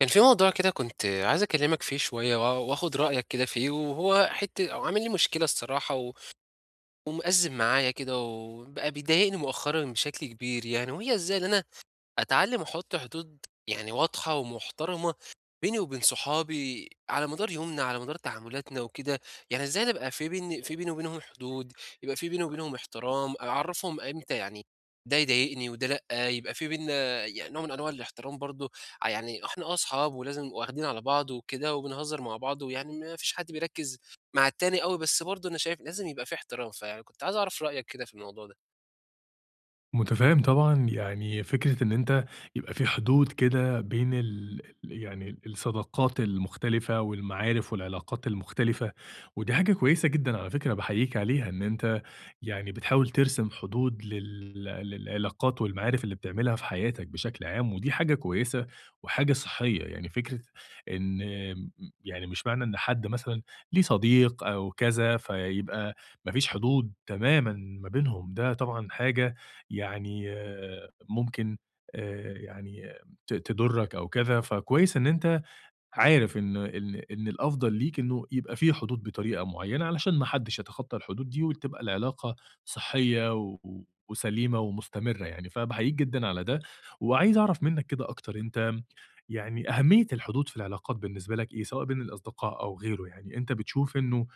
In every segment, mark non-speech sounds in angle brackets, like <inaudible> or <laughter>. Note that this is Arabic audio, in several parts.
كان في موضوع كده كنت عايز أكلّمك فيه شوية وآخُد رأيك كده فيه، وهو حتّة أو عامل لي مشكلة الصراحة و ومأزِّم معايا كده وبقى بيضايقني مؤخرًا بشكل كبير يعني، وهي إزاي إن أنا أتعلّم أحُط حدود يعني واضحة ومحترمة بيني وبين صحابي على مدار يومنا، على مدار تعاملاتنا وكده، يعني إزاي نبقى في بيني وبينهم حدود، يبقى في بيني وبينهم احترام، أعرّفهم إمتى يعني ده يضايقني وده لأ، يبقى في بيننا يعني نوع من أنواع الاحترام برضه، يعني إحنا أصحاب ولازم واخدين على بعض وكده وبنهزّر مع بعض ويعني ما فيش حد بيركّز مع التاني أوي، بس برضه أنا شايف لازم يبقى في احترام، فيعني كنت عايز أعرف رأيك كده في الموضوع ده. متفاهم طبعًا، يعني فكرة إن أنت يبقى في حدود كده بين ال يعني الصداقات المختلفة والمعارف والعلاقات المختلفة، ودي حاجة كويسة جدًا على فكرة باحييك عليها، إن أنت يعني بتحاول ترسم حدود للعلاقات والمعارف اللي بتعملها في حياتك بشكل عام، ودي حاجة كويسة وحاجة صحية، يعني فكرة إن م يعني مش معنى إن حد مثلًا ليه صديق أو كذا، فيبقى ما فيش حدود تمامًا ما بينهم، ده طبعًا حاجة يعني ممكن يعني تضرّك أو كذا، فكويس إن أنت عارف إن الأفضل ليك إنه يبقى في حدود بطريقة معيّنة علشان ما حدش يتخطى الحدود دي، وتبقى العلاقة صحية وسليمة ومستمرة يعني، فباحييك جدًا على ده، وعايز أعرف منّك كده أكتر أنت يعني أهمية الحدود في العلاقات بالنسبة لك إيه، سواء بين الأصدقاء أو غيره يعني، أنت بتشوف إنه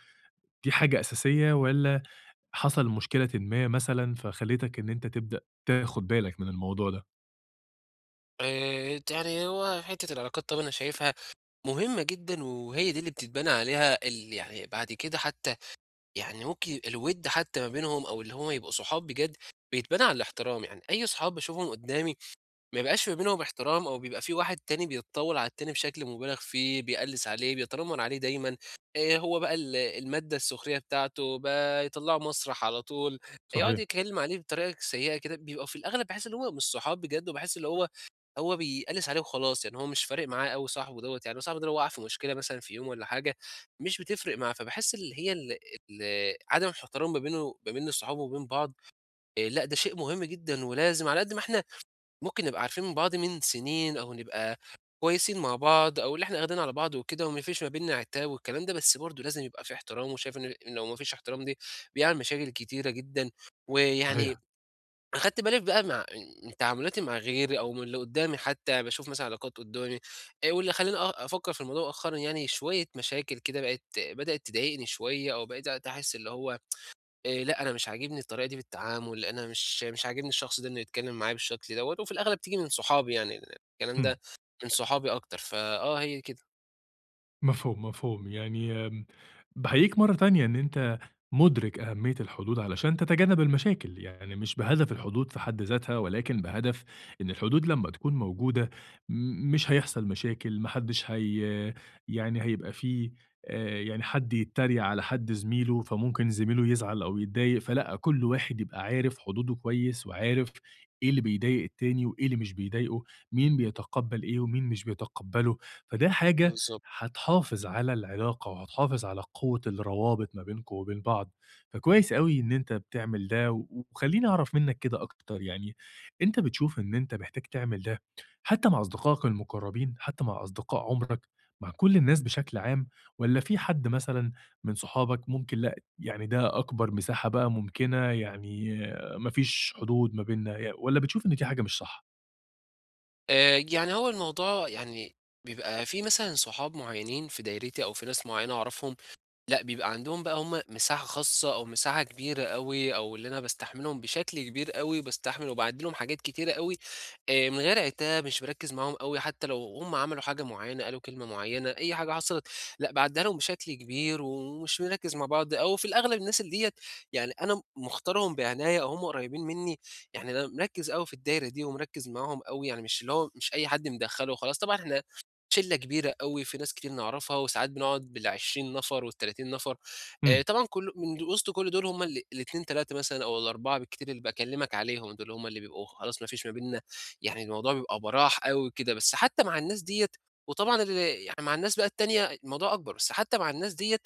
دي حاجة أساسية والّا حصل مشكلةٍ ما مثلًا، فخلّتك إن أنت تبدأ تاخد بالك من الموضوع ده. ت يعني هو حتّة العلاقات طبعًا أنا شايفها مهمة جدًا، وهي دي اللي بتتبنى عليها يعني بعد كده حتى يعني ممكن الوِد حتى ما بينهم أو اللي هم يبقوا صحاب بجد، بيتبنى على الاحترام، يعني أي صحاب باشوفهم قدّامي ما بيبقاش ما بينهم احترام أو بيبقى في واحد تاني بيتطاول على التاني بشكل مُبالغ فيه، بيقلِّس عليه، بيتنمر عليه دايمًا. هو بقى المادة السخرية بتاعته، بقى يطلّعه مسرح على طول، يقعد صحيح، يتكلّم عليه بطريقة سيئة كده، بيبقى في الأغلب باحس إن هم مش صحاب بجد وباحس اللي هو بيقلِّس عليه وخلاص، يعني هو مش فارق معاه أوي صاحبه دوّة، يعني هو صاحبه ده لو وقع في مشكلة مثلًا في يوم والّا حاجة، مش بتفرق معاه، فباحس اللي هي ال عدم الاحترام ما بينه ما بين الصحاب وبين بعض. لأ ده شيء مهم جدًا ولازم على قد ما إحنا ممكن نبقى عارفين من بعض من سنين أو نبقى كويسين مع بعض أو اللي إحنا واخدين على بعض وكده وما فيش ما بيننا عتاب والكلام ده، بس برضه لازم يبقى في احترام وشايف إن لو ما فيش احترام دي بيعمل مشاكل كتيرة جدًا، صحيح، ويعني أنا خدت بالي بقى مع من تعاملاتي مع غيري أو من اللي قدّامي حتى، باشوف مثلًا علاقات قدّامي. واللي خلّاني أفكّر في الموضوع مؤخرًا يعني شوية مشاكل كده بقت بدأت تضايقني شوية أو بقيت أحس اللي هو لأ أنا مش عاجبني الطريقة دي في التعامل، أنا مش عاجبني الشخص ده إنه يتكلّم معايا بالشكل دوّة، وفي الأغلب تيجي من صحابي يعني، الكلام إمم. ده من صحابي أكتر، فآه هي كده. مفهوم، مفهوم. يعني باحييك مرّة تانية إن أنت مُدرِك أهمية الحدود علشان تتجنب المشاكل، يعني مش بهدف الحدود في حد ذاتها ولكن بهدف إن الحدود لمّا تكون موجودة مش هيحصل مشاكل، ما حدّش يعني هيبقى في يعني حد يتّريق على حد زميله، فممكن زميله يزعل أو يتضايق، فلأ، كل واحد يبقى عارف حدوده كويس وعارف إيه اللي بيضايق التاني وإيه اللي مش بيضايقه، مين بيتقبّل إيه ومين مش بيتقبّله، فده حاجة بالضبط. هتحافظ على العلاقة وهتحافظ على قوة الروابط ما بينكم وبين بعض، فكويس أوي إن أنت بتعمل ده، وخلّيني أعرف منّك كده أكتر يعني، أنت بتشوف إن أنت محتاج تعمل ده حتى مع أصدقائك المقربين، حتى مع أصدقاء عمرك، مع كل الناس بشكل عام، والّا في حد مثلًا من صحابك ممكن لأ، يعني ده أكبر مساحة بقى ممكنة، يعني ما فيش حدود ما بيننا، والّا بتشوف إن دي حاجة مش صح؟ يعني هو الموضوع يعني بيبقى في مثلًا صحاب معيّنين في دايرتي أو في ناس معيّنة أعرفهم لأ، بيبقى عندهم بقى هم مساحة خاصة أو مساحة كبيرة أوي، أو اللي أنا باستحملهم بشكل كبير أوي، باستحمل وباعدّي لهم حاجات كتيرة أوي، من غير عتاب، مش باركّز معاهم أوي، حتى لو هم عملوا حاجة معيّنة، قالوا كلمة معيّنة، أي حاجة حصلت، لأ، باعدّيها لهم بشكل كبير، ومش بنركّز مع بعض، أو في الأغلب الناس اللي ديّة يعني أنا مختارهم بعناية أو هم قريبين مني، يعني أنا مركّز أوي في الدايرة دي، ومركّز معاهم أوي، يعني مش اللي هو مش أي حد مدخّله وخلاص، طبعًا إحنا شِلّة كبيرة أوي، في ناس كتير نعرفها، وساعات بنقعد بال20 نفر وال30 نفر. إمم، طبعًا كل من وسط كل دول هم الاتنين، 3 مثلًا أو ال4 بالكتير اللي باكلمك عليهم، دول هم اللي بيبقوا خلاص ما فيش ما بيننا يعني الموضوع بيبقى براح أوي كده، بس حتى مع الناس ديّة. وطبعًا يعني مع الناس بقى التانية الموضوع أكبر، بس حتى مع الناس ديّة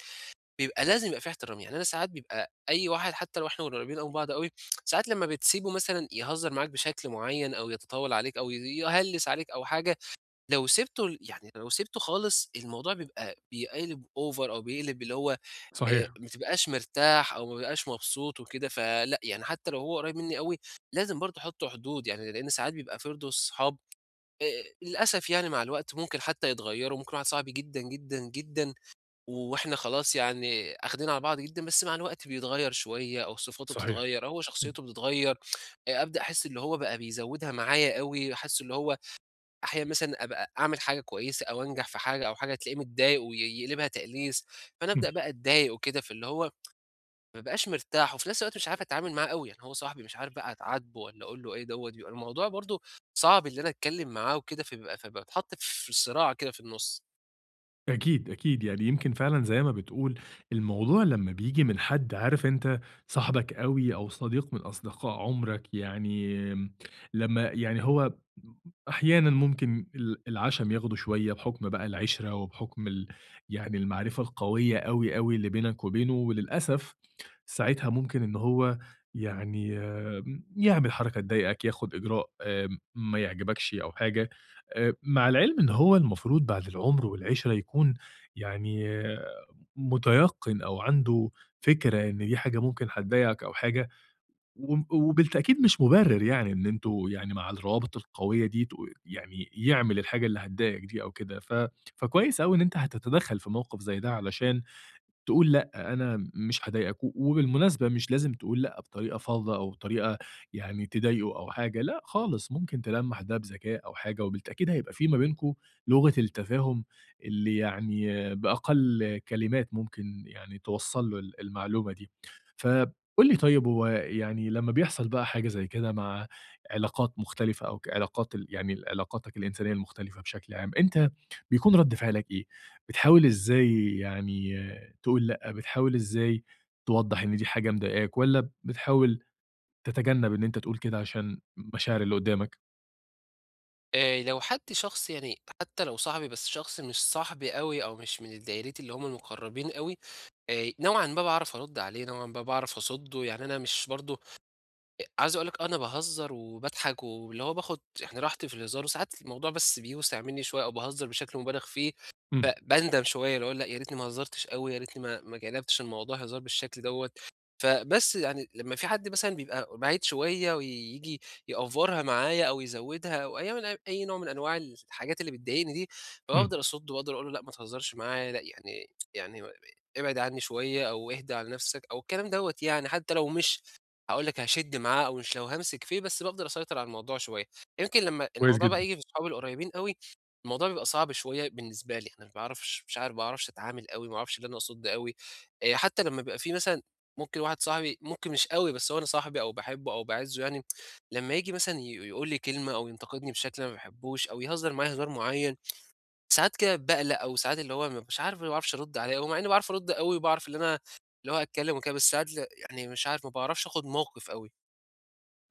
بيبقى لازم يبقى في احترام، يعني أنا ساعات بيبقى أي واحد حتى لو إحنا قريبين أوي من بعض أوي، ساعات لمّا بتسيبه مثلًا يهزر معاك بشكل معين أو يتطاول عليك أو يهلّس عليك أو حاجة، لو سِبته خالص الموضوع بيبقى بيقلب over أو بيقلب اللي هو صحيح، ما بتبقاش مرتاح أو ما بابقاش مبسوط وكده، فلأ، يعني حتى لو هو قريّب منّي أوي لازم برضه أحُط حدود، يعني لإن ساعات بيبقى برضه صحاب. آآ للأسف يعني مع الوقت ممكن حتى يتغيّروا، ممكن واحد صاحبي جدًا، جدًا، جدًا وإحنا خلاص يعني آخدين على بعض جدًا، بس مع الوقت بيتغيّر شوية أو صفاته صحيح، بتتغيّر أو هو إمم، شخصيته بتتغيّر. أبدأ أحس اللي هو بقى بيزوّدها معايا أوي، أحس اللي هو أحيانًا مثلًا أبقى أعمل حاجة كويسة أو أنجح في حاجة أو حاجة تلاقيه متضايق ويقلبها تقليص، فأنا إمم. أبدأ بقى أتضايق وكده، فاللي هو ما بابقاش مرتاح وفي نفس الوقت مش عارف أتعامل معاه أوي، يعني هو صاحبي مش عارف بقى أتعاتبه والّا أقول له إيه دوّة، بيبقى الموضوع برضه صعب إن أنا أتكلم معاه وكده، فبيبقى فباتحط في صراع كده في النُص. أكيد، أكيد، يعني يمكن فعلًا زي ما بتقول الموضوع لمّا بييجي من حد عارف أنت صاحبك أوي أو صديق من أصدقاء عمرك، يعني لمّا يعني هو أحيانًا ممكن العشم ياخده شوية بحكم بقى العِشرة وبحكم يعني المعرفة القوية أوي، أوي اللي بينك وبينه، وللأسف ساعتها ممكن إن هو يعني يعمل حركة تضايقك، ياخد إجراء ما يعجبكش أو حاجة. مع العلم إن هو المفروض بعد العُمر والعِشرة يكون يعني مُتيقِّن أو عنده فكرة إن دي حاجة ممكن هتضايقك أو حاجة، وبالتأكيد مش مُبرِّر يعني إن أنتم يعني مع الروابط القوية دي يعني يعمل الحاجة اللي هتضايقك دي أو كده، فكويس أوي إن أنت هتتدخّل في موقِف زي ده علشان تقول لأ، أنا مش هاضايقك، وبالمناسبة مش لازم تقول لأ بطريقة فظة أو طريقة يعني تضايقه أو حاجة، لأ خالص، ممكن تلمّح ده بذكاء أو حاجة، وبالتأكيد هيبقى في ما بينكم لغة التفاهم اللي يعني بأقل كلمات ممكن يعني توصّل له المعلومة دي. فقُل لي طيب هو يعني لمّا بيحصل بقى حاجة زي كده مع علاقات مختلفة أو علاقات ال يعني ال علاقاتك الإنسانية المختلفة بشكل عام، أنت بيكون رَد فعلك إيه؟ بتحاول إزاي يعني تقول لأ، بتحاول إزاي توضّح إن دي حاجة مضايقاك، والّا بتحاول تتجنب إن أنت تقول كده عشان مشاعر اللي قدّامك؟ لو حد شخص يعني حتى لو صاحبي بس شخص مش صاحبي أوي أو مش من دايرتي اللي هم المقربين أوي، نوعًا ما باعرف أرُد عليه، نوعًا ما باعرف أصُده، يعني أنا مش برضه عايز أقول لك أنا باهزر وباضحك واللي هو باخد يعني راحتي في الهزار وساعات الموضوع بس بيوسع منّي شوية أو باهزر بشكل مُبالغ فيه، إمم، فباندم شوية اللي هو لأ يا ريتني ما هزرتش أوي، يا ريتني ما جَلَبتش الموضوع هزار بالشكل دوّة. فبس يعني لمّا في حد مثلًا بيبقى بعيد شوية وييجي يأفورها معايا أو يزوّدها أو أي نوع من أنواع الحاجات اللي بتضايقني دي، إمم، بافضل أصُد وأفضل أقول له لأ ما تهزرش معايا، لأ يعني ابعد عني شوية أو اهدى على نَفْسك أو الكلام دوّة يعني، حتى لو مش هاقول لك هاشِد معاه أو مش لو هامسك فيه، بس بافضل أسيطر على الموضوع شوية. يمكن لمّا كويس الموضوع بقى جدًا. ييجي في صحابي القريبين أوي، الموضوع بيبقى صعب شوية بالنسبة لي، أنا ما باعرفش أتعامل أوي، ما باعرفش اللي أنا أصُد أوي. حتى لمّا بيبقى في مثلًا ممكن واحد صاحبي ممكن مش أوي، بس هو أنا صاحبي أو باحبه أو باعزّه يعني، لمّا ييجي مثلًا يقول لي كلمة أو ينتقدني بشكل أنا ما باحبوش أو يهزر معايا هزار معيّن، ساعات كده باقلق أو ساعات اللي هو مش عارف ما باعرفش أرُد عليه أوي، مع إني باعرف أرُد أوي وباعرف اللي أنا اللي هو أتكلّم وكده، بس ساعات يعني مش عارف ما باعرفش آخُد موقِف أوي.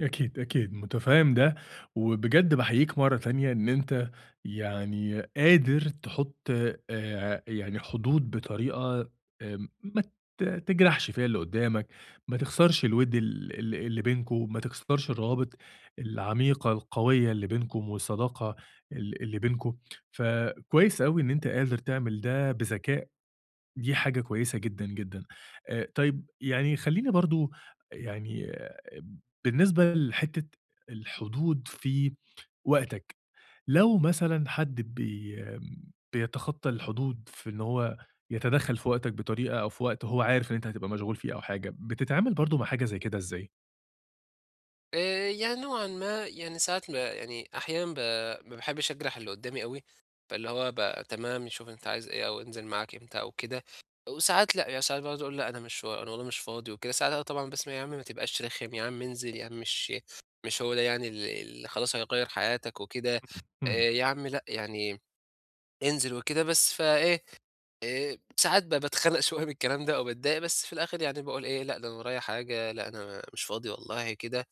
أكيد، أكيد، متفهّم ده، وبجد باحييك مرّة تانية إن أنت يعني قادر تحُط يعني حدود بطريقة ما تجرحش فيها اللي قدّامك، ما تخسرش الوِد ال ال اللي بينكم، ما تخسرش الروابط العميقة القوية اللي بينكم والصداقة اللي بينكم، فكويس أوي إن أنت قادر تعمل ده بذكاء. دي حاجة كويسة جدًا، جدًا. طيب يعني خلّيني برضه يعني بالنسبة لحتّة الحدود في وقتك، لو مثلًا حد بيتخطى الحدود في إن هو يتدخّل في وقتك بطريقة أو في وقت هو عارف إن أنت هتبقى مشغول فيه أو حاجة، بتتعامل برضه مع حاجة زي كده إزاي؟ يعني نوعًا ما، يعني ساعات ب يعني أحيانًا ب ما باحبش أجرح اللي قدّامي أوي، فاللي هو تمام شوف أنت عايز إيه أو انزل معاك إمتى أو كده، وساعات لأ، يعني ساعات باقعد أقول لأ أنا مش فا أنا والله مش فاضي وكده، ساعتها طبعًا باسمع يا عم ما تبقاش رخم، يا عم انزل، يا عم مش هو ده يعني اللي خلاص هيغيّر حياتك وكده. إمم، إمم، يا عم لأ يعني انزل وكده بس، فإيه، ساعات باتخنق <laughs> شوية من الكلام ده أو باتضايق، بس في الآخر يعني باقول إيه، لأ ده أنا ورايا حاجة، لأ أنا مش فاضي والله كده.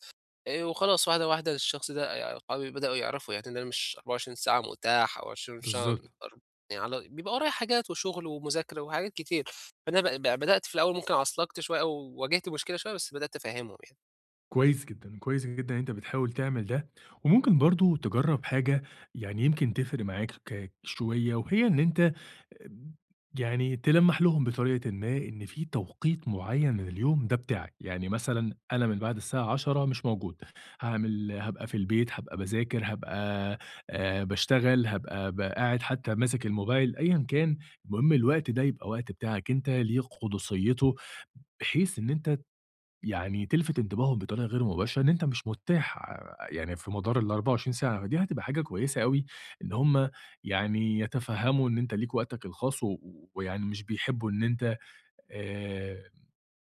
وخلاص واحدة، واحدة الشخص ده أصحابي بدأوا يعرفوا يعني إن أنا مش 24 ساعة متاح أو 20 ساعة بالضبط. أر يعني على بيبقى ورايا حاجات وشغل ومذاكرة وحاجات كتير، فأنا ب ب بدأت في الأول ممكن عَصلَجت شوية أو واجهت مشكلة شوية، بس بدأت أفهّمهم يعني. كويس جدًا، كويس جدًا إن أنت بتحاول تعمل ده، وممكن برضه تجرّب حاجة يعني يمكن تفرق معاك شوية، وهي إن أنت آمم، يعني تلمّح لهم بطريقةٍ ما إن في توقيت معيّن من اليوم ده بتاعك، يعني مثلًا أنا من بعد الساعة 22:00 مش موجود، هابقى في البيت، هابقى باذاكر، هابقى باشتغل، هابقى قاعد حتى ماسك الموبايل، أيًا كان، المهم الوقت ده يبقى وقت بتاعك أنت، ليه قُدسيته، بحيث إن أنت يعني تلفت انتباههم بطريقة غير مباشرة إن أنت مش متاح يعني في مدار ال24 ساعة، فدي هتبقى حاجة كويسة أوي إن هم يعني يتفهموا إن أنت ليك وقتك الخاص، ويعني مش بيحبوا إن أنت آآ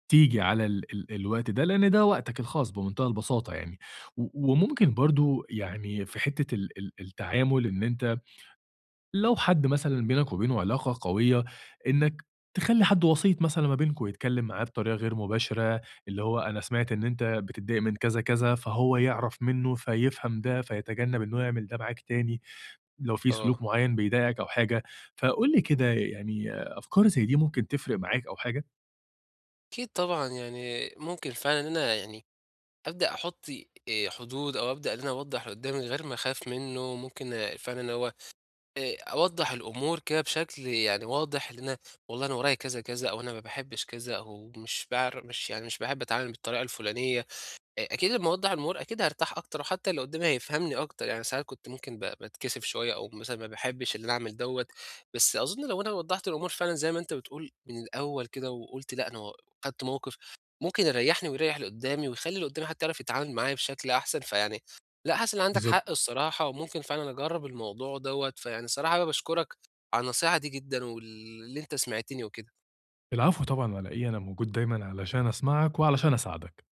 تيجي على ال ال الوقت ده، لأن ده وقتك الخاص بمنتهى البساطة يعني، وممكن برضه يعني في حتة ال ال التعامل إن أنت لو حد مثلًا بينك وبينه علاقة قوية، إنك تخلّي حد وسيط مثلًا ما بينكم، يتكلّم معاه بطريقة غير مباشرة، اللي هو أنا سمعت إن أنت بتتضايق من كذا، كذا، فهو يعرف منّه فيفهم ده، فيتجنّب إنه يعمل ده معاك تاني، لو في آه. سلوك معيّن بيضايقك أو حاجة. فقُل لي كده يعني أفكار زي دي ممكن تفرق معاك أو حاجة؟ أكيد طبعًا يعني ممكن فعلًا إن أنا يعني أبدأ أحُط حدود أو أبدأ إن أنا أوضّح اللي قُدّامي من غير ما أخاف منّه، ممكن فعلًا هو أوضّح الأمور كده بشكل يعني واضح، إن أنا والله أنا ورايا كذا، كذا، أو أنا ما باحبش كذا، أو مش باعر مش يعني مش باحب أتعامل بالطريقة الفلانية. أكيد لمّا أوضّح الأمور أكيد هارتاح أكتر وحتى اللي قدّامي هيفهمني أكتر، يعني ساعات كنت ممكن باتكسف شوية أو مثلًا ما باحبّش اللي أنا أعمل دوّة، بس أظن لو أنا وضّحت الأمور فعلًا زي ما أنت بتقول من الأول كده وقُلت لأ، أنا خدت موقِف، ممكن يريّحني ويريّح اللي قدّامي ويخلّي اللي قدّامي حتى يعرف يتعامل معايا بشكل أحسن، فيعني لأ، حاسس إن عندك بالضبط. حق الصراحة وممكن فعلًا أجرّب الموضوع دوّة، فيعني الصراحة أنا باشكرك على النصيحة دي جدًا واللي أنت سمعتني وكده. العفو طبعًا، على إيه، أنا موجود دايمًا علشان أسمعك وعلشان أساعدك.